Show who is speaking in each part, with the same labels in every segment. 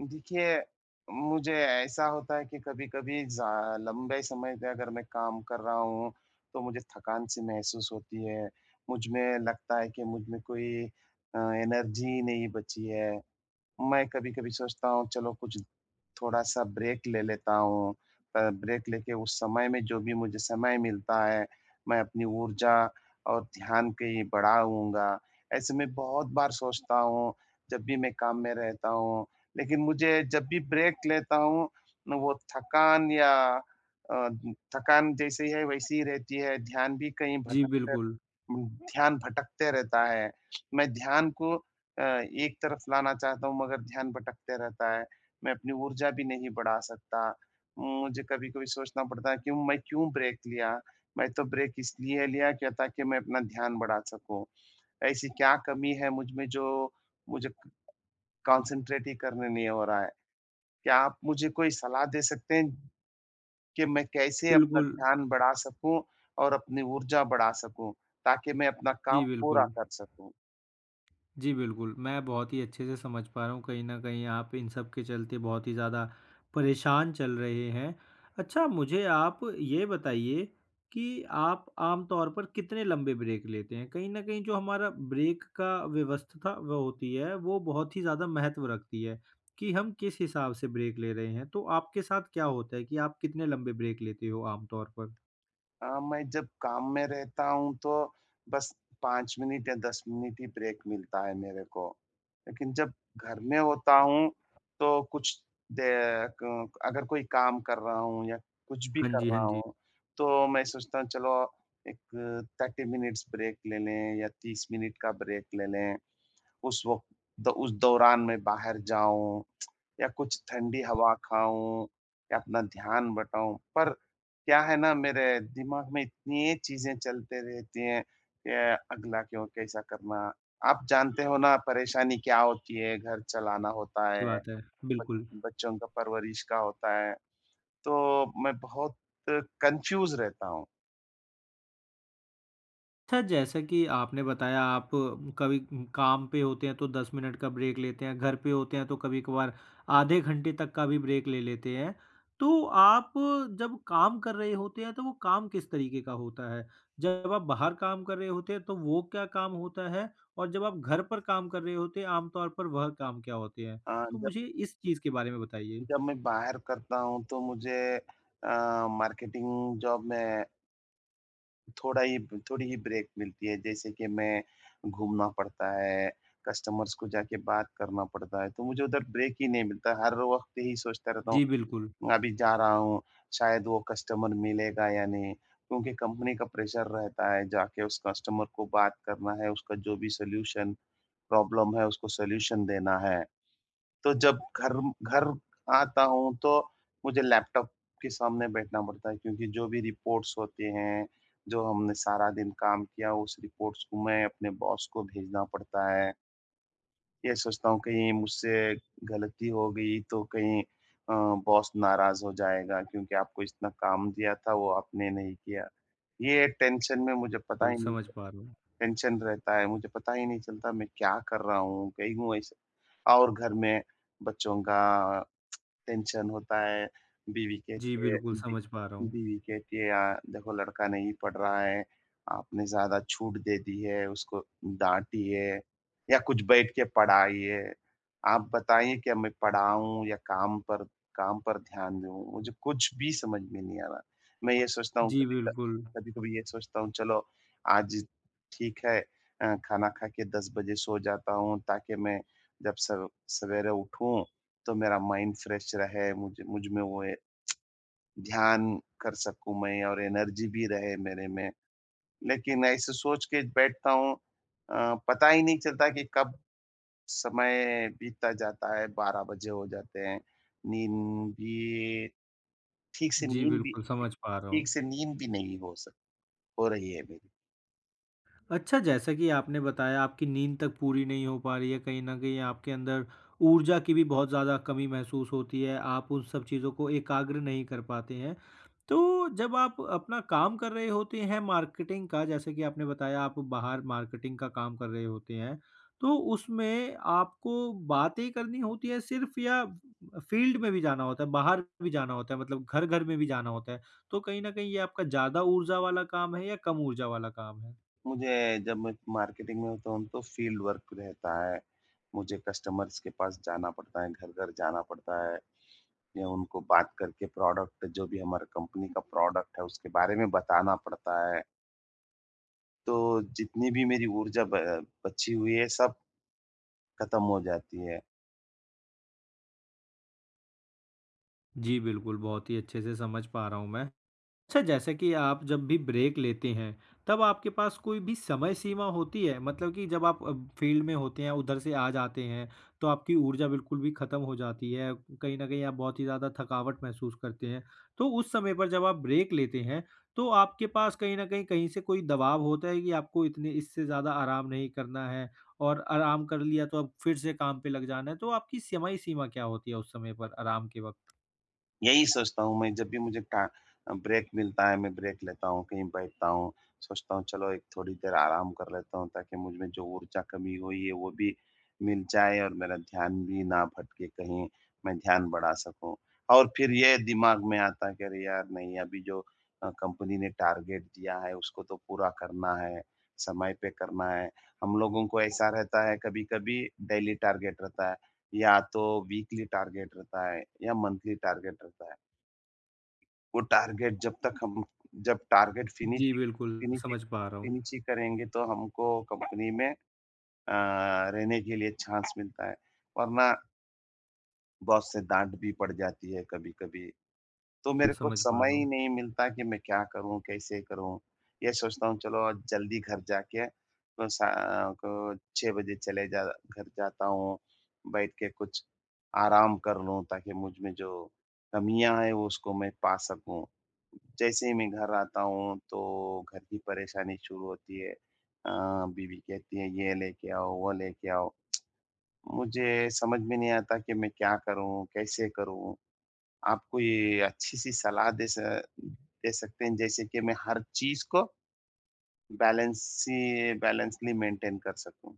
Speaker 1: देखिए, मुझे ऐसा होता है कि कभी-कभी ज़ा लंबे समय से अगर मैं काम कर रहा हूँ, तो मुझे थकान सी महसूस होती है। मुझ में लगता है कि मुझ में कोई एनर्जी नहीं बची है। मैं कभी-कभी सोचता हूँ, चलो कुछ थोड़ा-सा ब्रेक ले लेता हूँ। ब्रेक लेके उस समय में जो भी मुझे समय मिलता है, मैं अपनी ऊर्जा और ध्यान कहीं बढ़ाऊँगा। ऐसे में बहुत बार सोचता हूँ, जब भी मैं काम में रहता हूँ लेकिन मुझे जब भी ब्रेक लेता हूँ न, वो थकान या अ, थकान जैसी है वैसी ही रहती है, ध्यान भी कहीं
Speaker 2: जी,
Speaker 1: भटकते,
Speaker 2: बिल्कुल।
Speaker 1: ध्यान भटकते रहता है। मैं ध्यान को एक तरफ लाना चाहता हूँ मगर ध्यान भटकते रहता है। मैं अपनी ऊर्जा भी नहीं बढ़ा सकता। मुझे कभी-कभी सोचना पड़ता है कि मैं क्यों ब्रेक लिया? मैं तो ब्रेक इसलिए लिया क्या, ताकि मैं अपना ध्यान बढ़ा सकूँ। ऐसी क्या कमी है मुझ में जो मुझे कॉन्सन्ट्रेट ही करने नहीं हो रहा है? क्या आप मुझे कोई सलाह दे सकते हैं कि मैं कैसे अपना
Speaker 2: बिल्कुल।
Speaker 1: ध्यान बढ़ा सकूँ और अपनी ऊर्जा बढ़ा सकूँ, ताकि मैं अपना काम
Speaker 2: जी,
Speaker 1: पूरा
Speaker 2: बिल्कुल।
Speaker 1: कर सकूँ?
Speaker 2: जी, बिल्कुल। मैं बहुत ही अच्छे से समझ पा रहा हूँ कहीं न कहीं आप इन सब के चलते बहुत ही ज़्यादा परेशान चल रहे हैं। अच्छा मुझे आप ये बताइए कि आप आम तौर पर कितने लंबे ब्रेक लेते हैं? कहीं न कहीं जो हमारा ब्रेक का व्यवस्था वो होती है वो बहुत ही ज़्यादा महत्व रखती है कि हम किस हिसाब से ब्रेक ले रहे हैं। तो आपके साथ क्या होता है कि आप कितने लंबे ब्रेक लेते हो आम तौर पर?
Speaker 1: मैं जब काम में रहता हूँ तो बस 5 मिनट या 10 मिनट ही ब्रेक मिलता है मेरे को। लेकिन जब घर में होता हूँ तो कुछ दे क अगर कोई काम कर रहा हूँ या कुछ भी
Speaker 2: हाँ
Speaker 1: कर
Speaker 2: जी, हाँ
Speaker 1: रहा
Speaker 2: जी।
Speaker 1: हूँ, तो मैं सोचता हूँ चलो एक 30 मिनट्स ब्रेक ले लें या 30 मिनट का ब्रेक ले लें। उस वक़्त द उस दौरान मैं बाहर जाऊँ या कुछ ठंडी हवा खाऊँ या अपना ध्यान बटाऊँ। पर क्या है ना, मेरे दिमाग में इतनी चीज़ें चलते रहती हैं कि अगला क्यों कैसा करना? आप जानते हो ना परेशानी क्या होती है, घर चलाना होता
Speaker 2: सही
Speaker 1: है,
Speaker 2: बात है।
Speaker 1: ब
Speaker 2: बिल्कुल।
Speaker 1: बच्चों का परवरिश का होता है। तो मैं बहुत कन्फ्यूज़ रहता हूँ।
Speaker 2: अच्छा, जैसा कि आपने बताया आप कभी काम पे होते हैं तो 10 मिनट का ब्रेक लेते हैं, घर पे होते हैं तो कभी-कभार आधे घंटे तक का भी ब्रेक ले लेते हैं। तो आप जब काम कर रहे होते हैं तो वो काम किस तरीके का होता है? जब आप बाहर काम कर रहे होते हैं तो वो क्या काम होता है? और जब आप घर पर काम कर रहे होते हैं आमतौर पर वह काम क्या होते हैं? तो
Speaker 1: जब
Speaker 2: मुझे इस चीज़ के बारे में बताइए।
Speaker 1: जब मैं बाहर करता हूँ तो मुझे मार्केटिंग जॉब में थोड़ा ही थोड़ी ही ब्रेक मिलती है, जैसे कि मैं घूमना पड़ता है, कस्टमर्स को जाके बात करना पड़ता है, तो मुझे उधर ब्रेक ही नहीं मिलता। हर वक़्त यही सोचता रहता हूँ,
Speaker 2: जी, बिल्कुल,
Speaker 1: अभी जा रहा हूँ, शायद वो कस्टमर मिलेगा या नहीं, क्योंकि कंपनी का प्रेशर रहता है, जाके उस कस्टमर को बात करना है, उसका जो भी सॉल्यूशन प्रॉब्लम है, उसको सॉल्यूशन देना है। तो जब घर घर आता हूँ, तो मुझे लैपटॉप के सामने बैठना पड़ता है, क्योंकि जो भी रिपोर्ट्स होते हैं, जो हमने सारा दिन काम किया उस रिपोर्ट्स को मैं अपने बॉस को भेजना पड़ता है। ये सोचता हूँ कहीं मुझसे गलती हो गई तो कहीं बॉस नाराज़ हो जाएगा, क्योंकि आपको इतना काम दिया था वो आपने नहीं किया। ये टेंशन में मुझे पता
Speaker 2: बिल्कुल
Speaker 1: ही नहीं,
Speaker 2: समझ पा रहा हूँ।
Speaker 1: टेंशन रहता है, मुझे पता ही नहीं चलता मैं क्या कर रहा हूँ? कहीं हूँ ऐसे। और घर में बच्चों का टेंशन होता है, बीवी
Speaker 2: जी,
Speaker 1: कहती है
Speaker 2: बिल्कुल
Speaker 1: बी
Speaker 2: समझ पा रहा हूँ।
Speaker 1: बीवी कहती है यार, देखो लड़का नहीं पढ़ रहा है, आपने ज़्यादा छूट दे दी है, उसको डाँटी है या कुछ बैठ के पढ़ाई है। आप बताइए, क्या मैं पढ़ाऊँ या काम पर ध्यान दूँ? मुझे कुछ भी समझ में नहीं आ रहा। मैं ये सोचता हूँ
Speaker 2: जी,
Speaker 1: कभी क
Speaker 2: बिल्कुल।
Speaker 1: कभी-कभी ये सोचता हूँ, चलो आज ठीक है, खाना खा के 10 बजे सो जाता हूँ ताकि मैं जब सव सवेरे उठूँ तो मेरा माइंड फ्रेश रहे, मुझ मुझ में वो ए ध्यान कर सकूँ मैं और एनर्जी भी रहे मेरे में। लेकिन ऐसे सोच के बैठता हूँ, पता ही नहीं चलता कि कब समय बीतता जाता है, 12 बजे हो जाते हैं। नींद भी ठीक से
Speaker 2: जी,
Speaker 1: नींद भी
Speaker 2: बिल्कुल समझ पा रहा
Speaker 1: ठीक
Speaker 2: हूँ।
Speaker 1: से नींद भी नहीं हो रही है मेरी।
Speaker 2: अच्छा, जैसा कि आपने बताया आपकी नींद तक पूरी नहीं हो पा रही है, कहीं न कहीं आपके अंदर ऊर्जा की भी बहुत ज़्यादा कमी महसूस होती है, आप उन सब चीज़ों को एकाग्र नहीं कर पाते हैं। तो जब आप अपना काम कर रहे होते हैं मार्केटिंग का, जैसे कि आपने बताया आप बाहर मार्केटिंग का काम कर रहे होते हैं, तो उसमें आपको बातें करनी होती है सिर्फ़ या फ़ील्ड में भी जाना होता है, बाहर भी जाना होता है मतलब घर-घर में भी जाना होता है? तो कहीं न कहीं ये आपका ज़्यादा ऊर्जा वाला काम है या कम ऊर्जा वाला काम है?
Speaker 1: मुझे जब मैं मार्केटिंग में होता हूँ तो फील्ड वर्क रहता है। मुझे कस्टमर्स के पास जाना पड़ता है, घर-घर जाना पड़ता है। या उनको बात करके प्रोडक्ट, जो भी हमारा कंपनी का प्रोडक्ट है उसके बारे में बताना पड़ता है। तो जितनी भी मेरी ऊर्जा ब बची हुई है सब खत्म हो जाती है।
Speaker 2: जी, बिल्कुल, बहुत ही अच्छे से समझ पा रहा हूँ मैं। अच्छा जैसे कि आप जब भी ब्रेक लेते हैं, तब आपके पास कोई भी समय सीमा होती है? मतलब कि जब आप फील्ड में होते हैं, उधर से आ जाते हैं, तो आपकी ऊर्जा बिल्कुल भी खत्म हो जाती है, कहीं न कहीं आप बहुत ही ज़्यादा थकावट महसूस करते हैं। तो उस समय पर जब आप ब्रेक लेते हैं, तो आपके पास कहीं न कहीं, कहीं से कोई दबाव होता है कि आपको इतने इससे ज़्यादा आराम नहीं करना है और आराम कर लिया तो अब फिर से काम पे लग जाना है, तो आपकी समय सीमा क्या होती है उस समय पर आराम के वक़्त?
Speaker 1: यही सोचता हूँ, मैं जब भी मुझे का ब्रेक मिलता है, मैं ब्रेक लेता हूँ, कहीं बैठता हूँ, सोचता हूँ चलो एक थोड़ी देर आराम कर लेता हूँ ताकि मुझ में जो ऊर्जा कमी हुई है वो भी मिल जाए और मेरा ध्यान भी ना भटके कहीं, मैं ध्यान बढ़ा सकूँ। और फिर ये दिमाग में आता है कि अरे यार नहीं, अभी जो कंपनी ने टारगेट दिया है उसको तो पूरा करना है, समय पे करना है। हम लोगों को ऐसा रहता है, कभी-कभी डेली टारगेट रहता है। या तो वीकली टारगेट रहता है या मंथली टारगेट रहता है। वो टारगेट जब तक हम जब टारगेट फिनिश
Speaker 2: जी, बिल्कुल,
Speaker 1: फिनिश
Speaker 2: समझ पा रहा हूँ,
Speaker 1: फिनिश ही करेंगे तो हमको कंपनी में अ, रहने के लिए चांस मिलता है, वरना बॉस से डाँट भी पड़ जाती है कभी-कभी। तो मेरे को
Speaker 2: समझ पा
Speaker 1: समय
Speaker 2: रहा हूँ।
Speaker 1: ही नहीं मिलता कि मैं क्या करूँ, कैसे करूँ? ये सोचता हूँ चलो आज जल्दी घर जाके, तो सा को 6 बजे चले जा घर जाता हूँ, बैठ के कुछ आराम कर लूँ ताकि मुझ में जो कमियाँ हैं वो उसको मैं पा सकूँ। जैसे ही मैं घर आता हूँ तो घर की परेशानी शुरू होती है। बीवी कहती है ये लेके आओ, वो लेके आओ। मुझे समझ में नहीं आता कि मैं क्या करूँ, कैसे करूँ? आपको ये अच्छी-सी सलाह दे सकते हैं, जैसे कि मैं हर चीज़ को बैलेंस सी बैलेंसली मेंटेन कर सकूँ।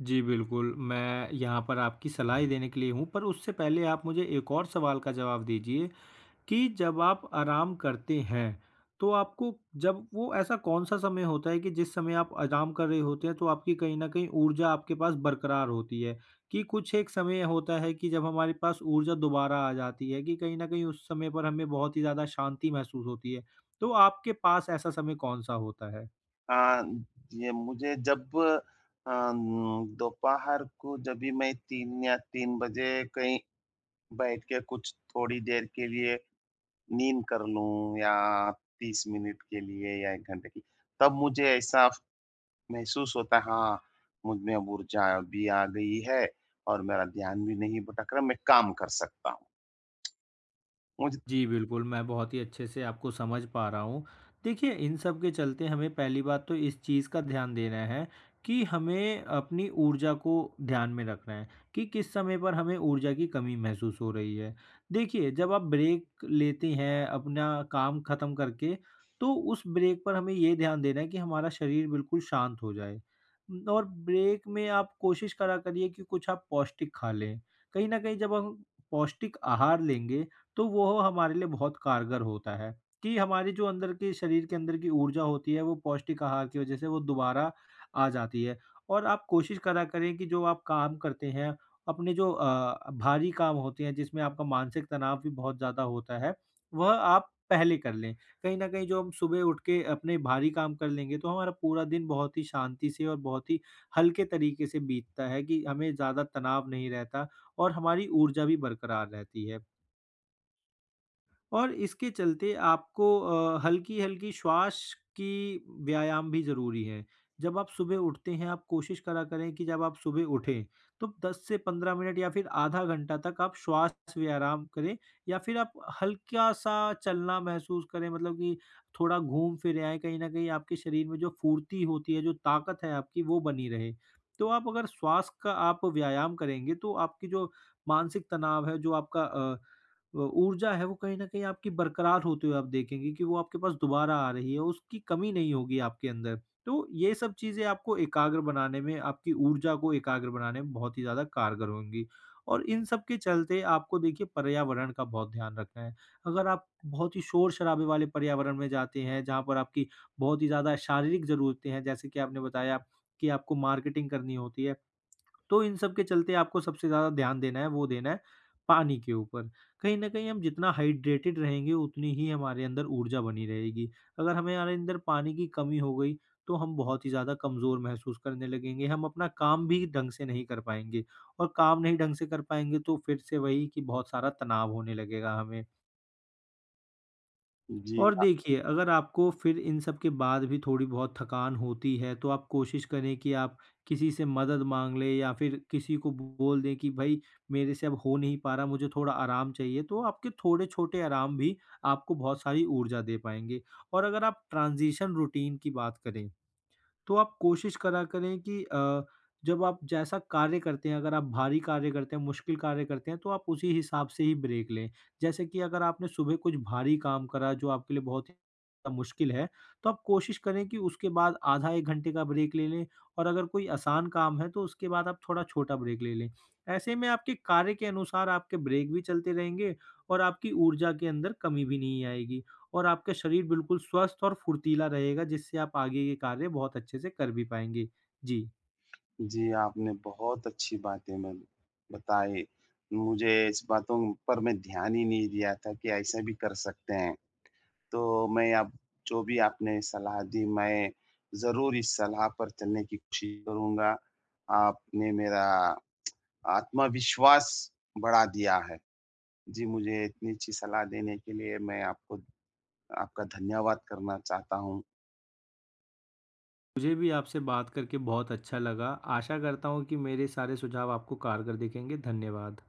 Speaker 2: जी, बिल्कुल, मैं यहाँ पर आपकी सलाह ही देने के लिए हूँ, पर उससे पहले आप मुझे एक और सवाल का जवाब दीजिए कि जब आप आराम करते हैं, तो आपको जब वो ऐसा कौन-सा समय होता है कि जिस समय आप आराम कर रहे होते हैं, तो आपकी कहीं न कहीं ऊर्जा आपके पास बरकरार होती है? कि कुछ एक समय होता है कि जब हमारे पास ऊर्जा दोबारा आ जाती है कि कहीं न कहीं उस समय पर हमें बहुत ही ज़्यादा शांति महसूस होती है, तो आपके पास ऐसा समय कौन-सा होता है?
Speaker 1: अ, ये मुझे जब अम, दोपहर को जब भी मैं 3 या 3 बजे कहीं बैठ के कुछ थोड़ी देर के लिए नींद कर लूँ या 30 मिनट के लिए या 1 घंटे की, तब मुझे ऐसा महसूस होता है, हाँ, मुझ में अब ऊर्जा भी आ गई है और मेरा ध्यान भी नहीं भटक रहा, मैं काम कर सकता हूँ। मुझे
Speaker 2: जी, बिल्कुल, मैं बहुत ही अच्छे से आपको समझ पा रहा हूँ। देखिए, इन सब के चलते हमें पहली बात तो इस चीज़ का ध्यान देना है कि हमें अपनी ऊर्जा को ध्यान में रखना है कि किस समय पर हमें ऊर्जा की कमी महसूस हो रही है। देखिए, जब आप ब्रेक लेते हैं अपना काम ख़त्म करके, तो उस ब्रेक पर हमें ये ध्यान देना है कि हमारा शरीर बिल्कुल शांत हो जाए। और ब्रेक में आप कोशिश करा करिए कि कुछ आप पौष्टिक खा लें। कहीं न कहीं जब हम पौष्टिक आहार लेंगे, तो वो हमारे लिए बहुत कारगर होता है कि हमारी जो अंदर की शरीर के अंदर की ऊर्जा होती है, वो पौष्टिक आहार की वजह से वो दोबारा आ जाती है। और आप कोशिश करा करें कि जो आप काम करते हैं, अपने जो भारी काम होते हैं जिसमें आपका मानसिक तनाव भी बहुत ज़्यादा होता है, वह आप पहले कर लें। कहीं न कहीं जो हम सुबह उठ के अपने भारी काम कर लेंगे, तो हमारा पूरा दिन बहुत ही शांति से और बहुत ही हल्के तरीके से बीतता है कि हमें ज़्यादा तनाव नहीं रहता और हमारी ऊर्जा भी बरकरार रहती है। और इसके चलते आपको हल्की-हल्की श्वास की व्यायाम भी ज़रूरी है। जब आप सुबह उठते हैं, आप कोशिश करा करें कि जब आप सुबह उठें, तो 10 से 15 मिनट या फिर आधा घंटा तक आप श्वास व्यायाम करें या फिर आप हल्का-सा चलना महसूस करें, मतलब कि थोड़ा घूम फिर आएँ। कहीं न कहीं आपके शरीर में जो फुर्ती होती है, जो ताकत है आपकी, वो बनी रहे। तो आप अगर श्वास का आप व्यायाम करेंगे, तो आपकी जो मानसिक तनाव है, जो आपका ऊर्जा है वो कहीं न कहीं आपकी बरकरार होते हुए आप देखेंगे कि वो आपके पास दोबारा आ रही है, उसकी कमी नहीं होगी आपके अंदर। तो ये सब चीज़ें आपको एकाग्र बनाने में, आपकी ऊर्जा को एकाग्र बनाने में बहुत ही ज़्यादा कारगर होंगी। और इन सब के चलते आपको देखिए पर्यावरण का बहुत ध्यान रखना है। अगर आप बहुत ही शोर-शराबे वाले पर्यावरण में जाते हैं, जहाँ पर आपकी बहुत ही ज़्यादा शारीरिक ज़रूरतें हैं, जैसे कि आपने बताया कि आपको मार्केटिंग करनी होती है, तो इन सब के चलते आपको सबसे ज़्यादा ध्यान देना है, वो देना है पानी के ऊपर। कहीं न कहीं हम जितना हाइड्रेटेड रहेंगे, उतनी ही हमारे अंदर ऊर्जा बनी रहेगी। अगर हमें हमारे अंदर पानी की कमी हो गई, तो हम बहुत ही ज़्यादा कमज़ोर महसूस करने लगेंगे। हम अपना काम भी ढंग से नहीं कर पाएँगे और काम नहीं ढंग से कर पाएँगे, तो फिर से वही कि बहुत सारा तनाव होने लगेगा हमें।
Speaker 1: जी,
Speaker 2: और देखिए, अगर आपको फिर इन सब के बाद भी थोड़ी बहुत थकान होती है, तो आप कोशिश करें कि आप किसी से मदद माँग लें या फिर किसी को बोल दें कि भई मेरे से अब हो नहीं पा रहा, मुझे थोड़ा आराम चाहिए, तो आपके थोड़े छोटे आराम भी आपको बहुत सारी ऊर्जा दे पाएँगे। और अगर आप ट्रांज़िशन रूटीन की बात करें तो आप कोशिश करा करें कि जब आप जैसा कार्य करते हैं, अगर आप भारी कार्य करते हैं, मुश्किल कार्य करते हैं, तो आप उसी हिसाब से ही ब्रेक लें। जैसे कि अगर आपने सुबह कुछ भारी काम करा जो आपके लिए बहुत ही ज़्यादा मुश्किल है, तो आप कोशिश करें कि उसके बाद आधा 1 घंटे का ब्रेक ले लें और अगर कोई आसान काम है, तो उसके बाद आप थोड़ा छोटा ब्रेक ले लें। ऐसे में आपके कार्य के अनुसार आपके ब्रेक भी चलते रहेंगे और आपकी ऊर्जा के अंदर कमी भी नहीं आएगी। और आपका शरीर बिल्कुल स्वस्थ और फुर्तीला रहेगा, जिससे आप आगे के कार्य बहुत अच्छे से कर भी पाएँगे। जी,
Speaker 1: जी, आपने बहुत अच्छी बातें मैं बताई। मुझे इस बातों पर मैं ध्यान ही नहीं दिया था कि ऐसा भी कर सकते हैं। तो मैं अब जो भी आपने सलाह दी मैं ज़रूर इस सलाह पर चलने की कोशिश करूँगा। आपने मेरा आत्मविश्वास बढ़ा दिया है। जी, मुझे इतनी अच्छी सलाह देने के लिए मैं आपको आपका धन्यवाद करना चाहता हूँ।
Speaker 2: मुझे भी आपसे बात करके बहुत अच्छा लगा। आशा करता हूँ कि मेरे सारे सुझाव आपको कारगर दिखेंगे। धन्यवाद।